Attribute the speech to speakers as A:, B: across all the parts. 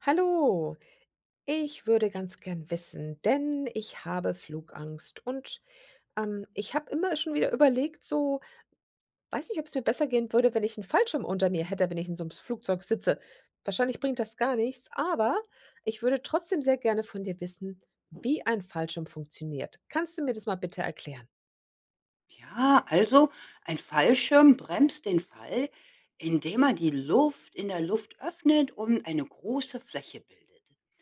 A: Hallo, ich würde ganz gern wissen, denn ich habe Flugangst und, ich habe immer schon wieder überlegt, so weiß nicht, ob es mir besser gehen würde, wenn ich einen Fallschirm unter mir hätte, wenn ich in so einem Flugzeug sitze. Wahrscheinlich bringt das gar nichts, aber ich würde trotzdem sehr gerne von dir wissen, wie ein Fallschirm funktioniert. Kannst du mir das mal bitte erklären?
B: Ja, also ein Fallschirm bremst den Fall, indem er die Luft in der Luft öffnet und eine große Fläche bildet.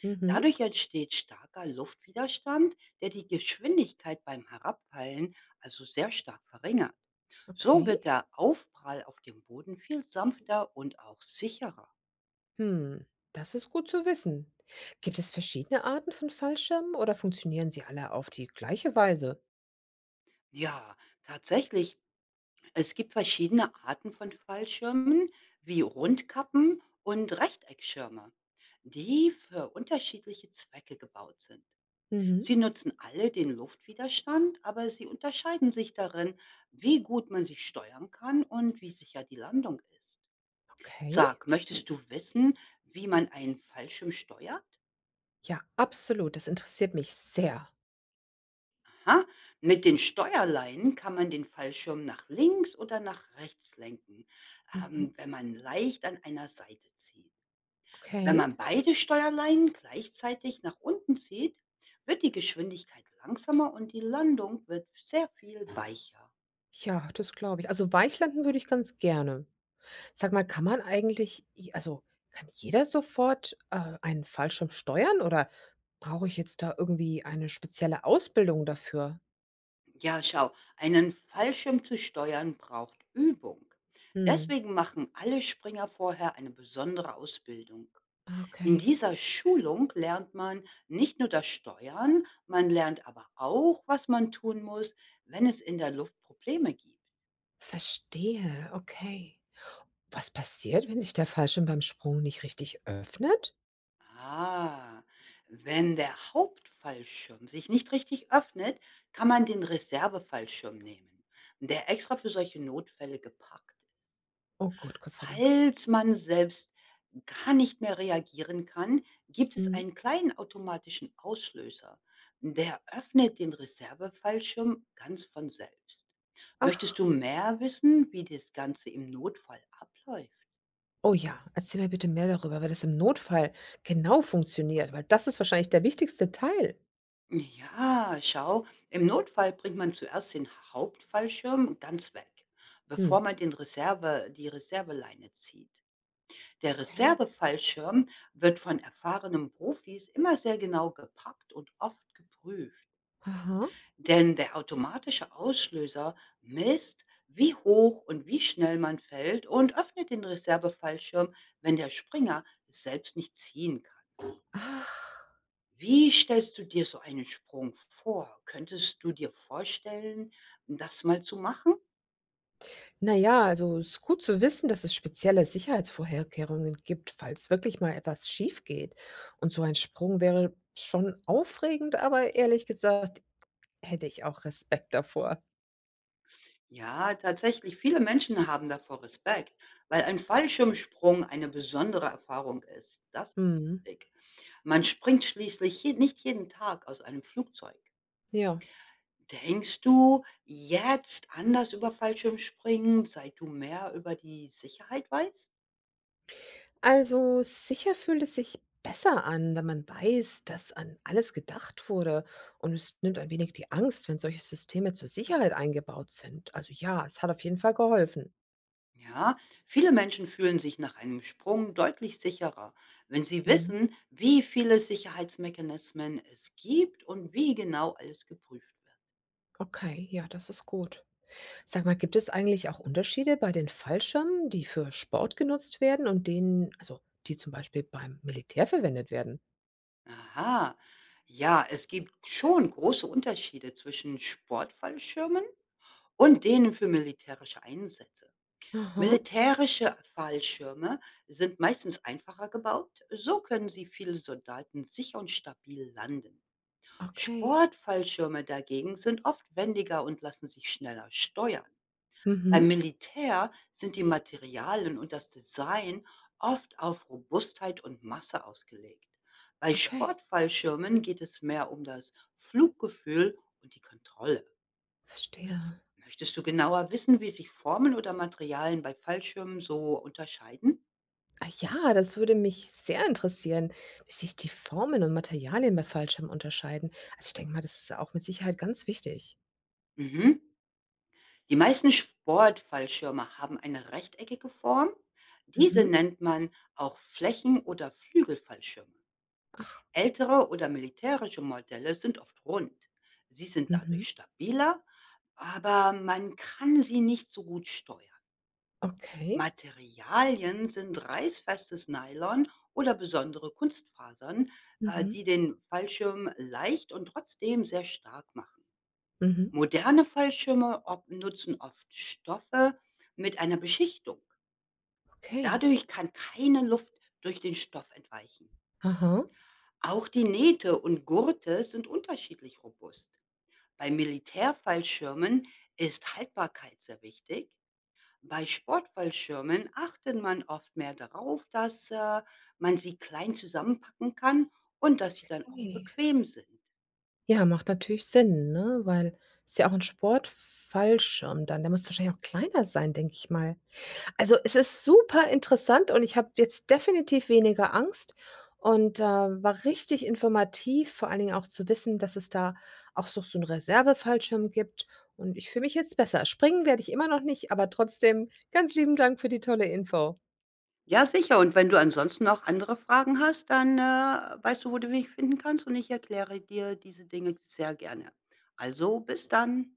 A: Mhm,
B: Dadurch entsteht starker Luftwiderstand, der die Geschwindigkeit beim Herabfallen also sehr stark verringert. So wird
A: okay.
B: der Aufprall auf dem Boden viel sanfter und auch sicherer.
A: Hm, das ist gut zu wissen. Gibt es verschiedene Arten von Fallschirmen oder funktionieren sie alle auf die gleiche Weise?
B: Ja, tatsächlich: Es gibt verschiedene Arten von Fallschirmen, wie Rundkappen und Rechteckschirme, die für unterschiedliche Zwecke gebaut sind.
A: Mhm.
B: Sie nutzen alle den Luftwiderstand, aber sie unterscheiden sich darin, wie gut man sie steuern kann und wie sicher die Landung ist.
A: Okay,
B: Sag, möchtest du wissen, wie man einen Fallschirm steuert?
A: ja, absolut. Das interessiert mich sehr.
B: Aha, mit den Steuerleinen kann man den Fallschirm nach links oder nach rechts lenken,
A: Mhm.
B: wenn man leicht an einer Seite zieht. Wenn
A: Okay.
B: man beide Steuerleinen gleichzeitig nach unten zieht, wird die Geschwindigkeit langsamer und die Landung wird sehr viel weicher.
A: Ja, das glaube ich. Also, Weichlanden würde ich ganz gerne. Sag mal, kann man eigentlich i also, kann jeder sofort, einen Fallschirm steuern oder brauche ich jetzt da irgendwie eine spezielle Ausbildung dafür?
B: Ja, schau, einen Fallschirm zu steuern braucht Übung.
A: Mhm.
B: Deswegen machen alle Springer vorher eine besondere Ausbildung.
A: Ah,
B: In
A: okay.
B: dieser Schulung lernt man nicht nur das Steuern, man lernt aber auch, was man tun muss, wenn es in der Luft Probleme gibt.
A: Verstehe, okay. Was passiert, wenn sich der Fallschirm beim Sprung nicht richtig öffnet?
B: Ah, wenn der Hauptfallschirm sich nicht richtig öffnet, kann man den Reservefallschirm nehmen, der extra für solche Notfälle gepackt ist.
A: Oh gut, Gott sei Dank.
B: Falls man selbst gar nicht mehr reagieren kann, gibt es
A: Mhm.
B: einen kleinen automatischen Auslöser. Der öffnet den Reservefallschirm ganz von selbst. Möchtest
A: Ach.
B: du mehr wissen, wie das Ganze im Notfall abläuft?
A: Oh ja, erzähl mir bitte mehr darüber, weil das im Notfall genau funktioniert, weil das ist wahrscheinlich der wichtigste Teil.
B: Ja, schau, im Notfall bringt man zuerst den Hauptfallschirm ganz weg,
A: Hm.
B: bevor man den die Reserveleine zieht. Der
A: Okay.
B: Reservefallschirm wird von erfahrenen Profis immer sehr genau gepackt und oft geprüft,
A: Aha.
B: denn der automatische Auslöser misst, wie hoch und wie schnell man fällt und öffnet den Reservefallschirm, wenn der Springer es selbst nicht ziehen kann.
A: Ach.
B: Wie stellst du dir so einen Sprung vor? Könntest du dir vorstellen, das mal zu machen?
A: Na ja, also es ist gut zu wissen, dass es spezielle Sicherheitsvorkehrungen gibt, falls wirklich mal etwas schief geht. Und so ein Sprung wäre schon aufregend, aber ehrlich gesagt hätte ich auch Respekt davor.
B: Ja, tatsächlich, viele Menschen haben davor Respekt, weil ein Fallschirmsprung eine besondere Erfahrung ist. Das ist
A: Mhm.
B: richtig. Man springt schließlich je nicht jeden Tag aus einem Flugzeug.
A: Ja.
B: Denkst du jetzt anders über Fallschirmspringen, seit du mehr über die Sicherheit weißt?
A: Also, sicher fühlt es sich besser an, wenn man weiß, dass an alles gedacht wurde. Und es nimmt ein wenig die Angst, wenn solche Systeme zur Sicherheit eingebaut sind. Also ja, es hat auf jeden Fall geholfen.
B: Ja, viele Menschen fühlen sich nach einem Sprung deutlich sicherer, wenn sie
A: Mhm.
B: wissen, wie viele Sicherheitsmechanismen es gibt und wie genau alles geprüft wird.
A: Okay, ja, das ist gut. Sag mal, gibt es eigentlich auch Unterschiede bei den Fallschirmen, die für Sport genutzt werden und denen, also die zum Beispiel beim Militär verwendet werden?
B: Aha, ja, es gibt schon große Unterschiede zwischen Sportfallschirmen und denen für militärische Einsätze.
A: Aha,
B: Militärische Fallschirme sind meistens einfacher gebaut, so können sie viele Soldaten sicher und stabil landen.
A: okay.
B: Sportfallschirme dagegen sind oft wendiger und lassen sich schneller steuern. Beim
A: Mhm.
B: Militär sind die Materialien und das Design oft auf Robustheit und Masse ausgelegt. Bei
A: Okay,
B: Sportfallschirmen geht es mehr um das Fluggefühl und die Kontrolle.
A: verstehe.
B: Möchtest du genauer wissen, wie sich Formen oder Materialien bei Fallschirmen so unterscheiden?
A: Ah ja, das würde mich sehr interessieren, wie sich die Formen und Materialien bei Fallschirmen unterscheiden. Also, ich denke mal, das ist ja auch mit Sicherheit ganz wichtig.
B: Mhm. Die meisten Sportfallschirme haben eine rechteckige Form. Diese
A: Mhm.
B: nennt man auch Flächen- oder Flügelfallschirme.
A: Ach,
B: Ältere oder militärische Modelle sind oft rund. Sie sind
A: mhm.
B: dadurch stabiler, aber man kann sie nicht so gut steuern.
A: Okay.
B: Materialien sind reißfestes Nylon oder besondere Kunstfasern, die
A: Mhm.
B: den Fallschirm leicht und trotzdem sehr stark machen.
A: Mhm.
B: Moderne Fallschirme op nutzen oft Stoffe mit einer Beschichtung.
A: Okay.
B: Dadurch kann keine Luft durch den Stoff entweichen.
A: Aha.
B: Auch die Nähte und Gurte sind unterschiedlich robust. Bei Militärfallschirmen ist Haltbarkeit sehr wichtig. Bei Sportfallschirmen achtet man oft mehr darauf, dass man sie klein zusammenpacken kann und dass sie dann auch
A: Okay.
B: bequem sind.
A: Ja, macht natürlich Sinn, ne? Weil es ist ja auch ein Sportfallschirm dann. Der muss wahrscheinlich auch kleiner sein, denke ich mal. Also, es ist super interessant und ich habe jetzt definitiv weniger Angst und, war richtig informativ, vor allen Dingen auch zu wissen, dass es da auch so 'n Reservefallschirm gibt und ich fühle mich jetzt besser. Springen werde ich immer noch nicht, aber trotzdem ganz lieben Dank für die tolle Info.
B: Ja, sicher. Und wenn du ansonsten noch andere Fragen hast, dann, weißt du, wo du mich finden kannst und ich erkläre dir diese Dinge sehr gerne. Also, bis dann.